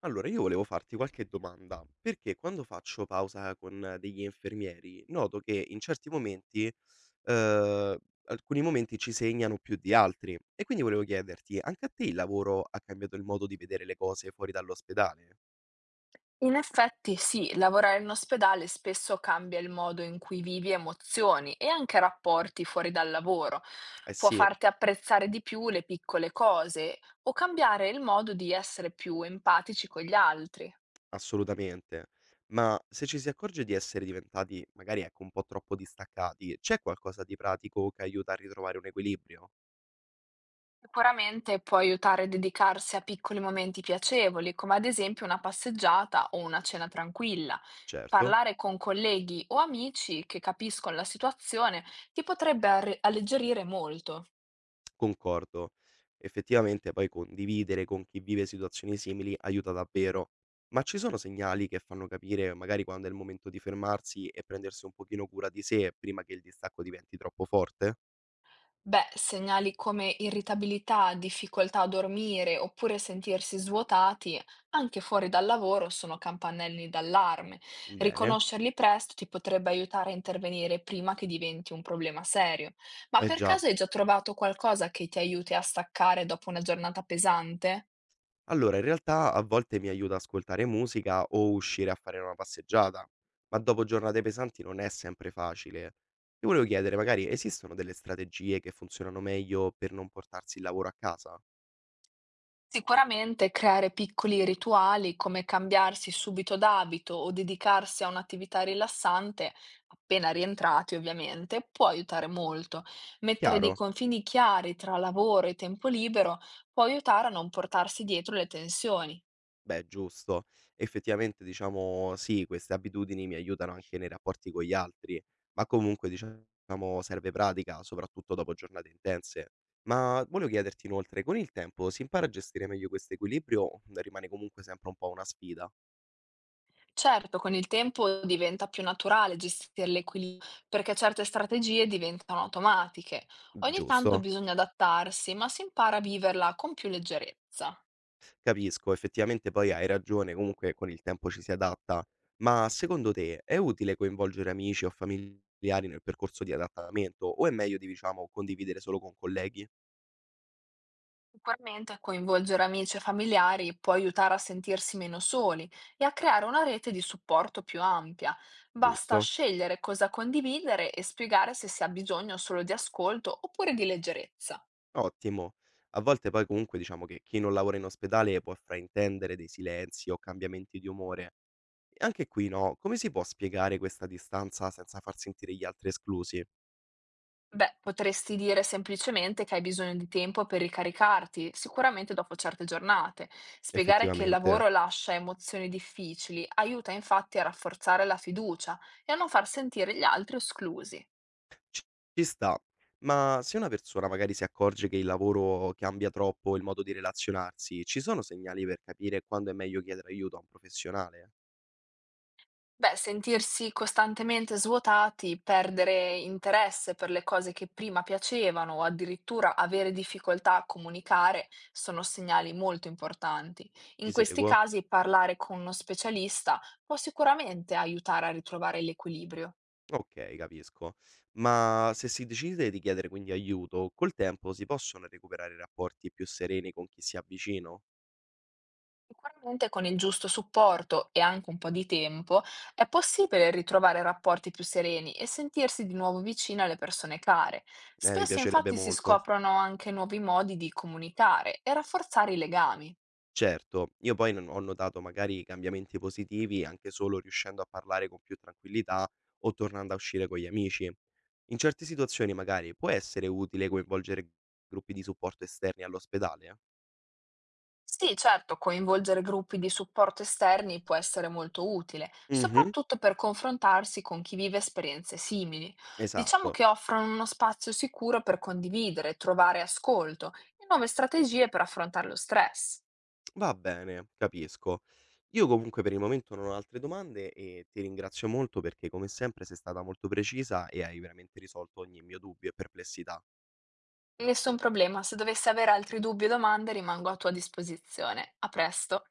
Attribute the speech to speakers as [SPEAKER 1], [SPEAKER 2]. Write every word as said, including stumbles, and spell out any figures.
[SPEAKER 1] Allora, io volevo farti qualche domanda, perché quando faccio pausa con degli infermieri noto che in certi momenti, ehm, alcuni momenti ci segnano più di altri e quindi volevo chiederti, anche a te il lavoro ha cambiato il modo di vedere le cose fuori dall'ospedale?
[SPEAKER 2] In effetti sì, lavorare in ospedale spesso cambia il modo in cui vivi emozioni e anche rapporti fuori dal lavoro.
[SPEAKER 1] Eh
[SPEAKER 2] Può
[SPEAKER 1] sì,
[SPEAKER 2] farti apprezzare di più le piccole cose o cambiare il modo di essere più empatici con gli altri.
[SPEAKER 1] assolutamente. Ma se ci si accorge di essere diventati magari ecco un po' troppo distaccati, c'è qualcosa di pratico che aiuta a ritrovare un equilibrio?
[SPEAKER 2] Sicuramente può aiutare a dedicarsi a piccoli momenti piacevoli, come ad esempio una passeggiata o una cena tranquilla.
[SPEAKER 1] Certo.
[SPEAKER 2] Parlare con colleghi o amici che capiscono la situazione ti potrebbe arre- alleggerire molto.
[SPEAKER 1] Concordo. Effettivamente poi condividere con chi vive situazioni simili aiuta davvero. Ma ci sono segnali che fanno capire magari quando è il momento di fermarsi e prendersi un pochino cura di sé prima che il distacco diventi troppo forte?
[SPEAKER 2] Beh, segnali come irritabilità, difficoltà a dormire oppure sentirsi svuotati, anche fuori dal lavoro, sono campanelli d'allarme.
[SPEAKER 1] Bene,
[SPEAKER 2] Riconoscerli presto ti potrebbe aiutare a intervenire prima che diventi un problema serio. Ma
[SPEAKER 1] eh
[SPEAKER 2] per
[SPEAKER 1] già.
[SPEAKER 2] caso hai già trovato qualcosa che ti aiuti a staccare dopo una giornata pesante?
[SPEAKER 1] Allora, in realtà a volte mi aiuta ascoltare musica o uscire a fare una passeggiata, ma dopo giornate pesanti non è sempre facile. Ti volevo chiedere, magari esistono delle strategie che funzionano meglio per non portarsi il lavoro a casa?
[SPEAKER 2] Sicuramente creare piccoli rituali come cambiarsi subito d'abito o dedicarsi a un'attività rilassante, appena rientrati ovviamente, può aiutare molto. Mettere dei
[SPEAKER 1] Chiaro?
[SPEAKER 2] confini chiari tra lavoro e tempo libero può aiutare a non portarsi dietro le tensioni.
[SPEAKER 1] Beh, giusto. Effettivamente, diciamo, sì, queste abitudini mi aiutano anche nei rapporti con gli altri, ma comunque, diciamo, serve pratica, soprattutto dopo giornate intense. Ma volevo chiederti inoltre, con il tempo si impara a gestire meglio questo equilibrio o rimane comunque sempre un po' una sfida?
[SPEAKER 2] Certo, con il tempo diventa più naturale gestire l'equilibrio perché certe strategie diventano automatiche. Ogni tanto
[SPEAKER 1] Giusto?
[SPEAKER 2] bisogna adattarsi, ma si impara a viverla con più leggerezza.
[SPEAKER 1] Capisco, effettivamente poi hai ragione, comunque con il tempo ci si adatta, ma secondo te è utile coinvolgere amici o familiari nel percorso di adattamento o è meglio di, diciamo, condividere solo con colleghi?
[SPEAKER 2] Sicuramente coinvolgere amici e familiari può aiutare a sentirsi meno soli e a creare una rete di supporto più ampia. Basta
[SPEAKER 1] Giusto?
[SPEAKER 2] scegliere cosa condividere e spiegare se si ha bisogno solo di ascolto oppure di leggerezza.
[SPEAKER 1] Ottimo. A volte poi comunque diciamo che chi non lavora in ospedale può fraintendere dei silenzi o cambiamenti di umore. E anche qui no, come si può spiegare questa distanza senza far sentire gli altri esclusi?
[SPEAKER 2] Beh, potresti dire semplicemente che hai bisogno di tempo per ricaricarti, sicuramente dopo certe giornate. Spiegare che il
[SPEAKER 1] Effettivamente.
[SPEAKER 2] lavoro lascia emozioni difficili aiuta infatti a rafforzare la fiducia e a non far sentire gli altri esclusi.
[SPEAKER 1] Ci ci sta. Ma se una persona magari si accorge che il lavoro cambia troppo il modo di relazionarsi, ci sono segnali per capire quando è meglio chiedere aiuto a un professionale?
[SPEAKER 2] Beh, sentirsi costantemente svuotati, perdere interesse per le cose che prima piacevano o addirittura avere difficoltà a comunicare sono segnali molto importanti. In
[SPEAKER 1] Ti
[SPEAKER 2] questi
[SPEAKER 1] seguo?
[SPEAKER 2] casi parlare con uno specialista può sicuramente aiutare a ritrovare l'equilibrio.
[SPEAKER 1] Okay, capisco. Ma se si decide di chiedere quindi aiuto, col tempo si possono recuperare rapporti più sereni con chi si ha vicino?
[SPEAKER 2] Sicuramente con il giusto supporto e anche un po' di tempo è possibile ritrovare rapporti più sereni e sentirsi di nuovo vicini alle persone care.
[SPEAKER 1] Eh, mi
[SPEAKER 2] Spesso
[SPEAKER 1] piacerebbe
[SPEAKER 2] infatti si
[SPEAKER 1] molto.
[SPEAKER 2] scoprono anche nuovi modi di comunicare e rafforzare i legami.
[SPEAKER 1] Certo, io poi non ho notato magari cambiamenti positivi anche solo riuscendo a parlare con più tranquillità o tornando a uscire con gli amici. In certe situazioni magari può essere utile coinvolgere gruppi di supporto esterni all'ospedale?
[SPEAKER 2] Sì, certo, coinvolgere gruppi di supporto esterni può essere molto utile,
[SPEAKER 1] Mh-mh,
[SPEAKER 2] soprattutto per confrontarsi con chi vive esperienze simili. Diciamo
[SPEAKER 1] esatto.
[SPEAKER 2] che offrono uno spazio sicuro per condividere, trovare ascolto e nuove strategie per affrontare lo stress.
[SPEAKER 1] Va bene, capisco. Io comunque per il momento non ho altre domande e ti ringrazio molto perché come sempre sei stata molto precisa e hai veramente risolto ogni mio dubbio e perplessità.
[SPEAKER 2] Nessun problema, se dovessi avere altri dubbi o domande rimango a tua disposizione. A presto.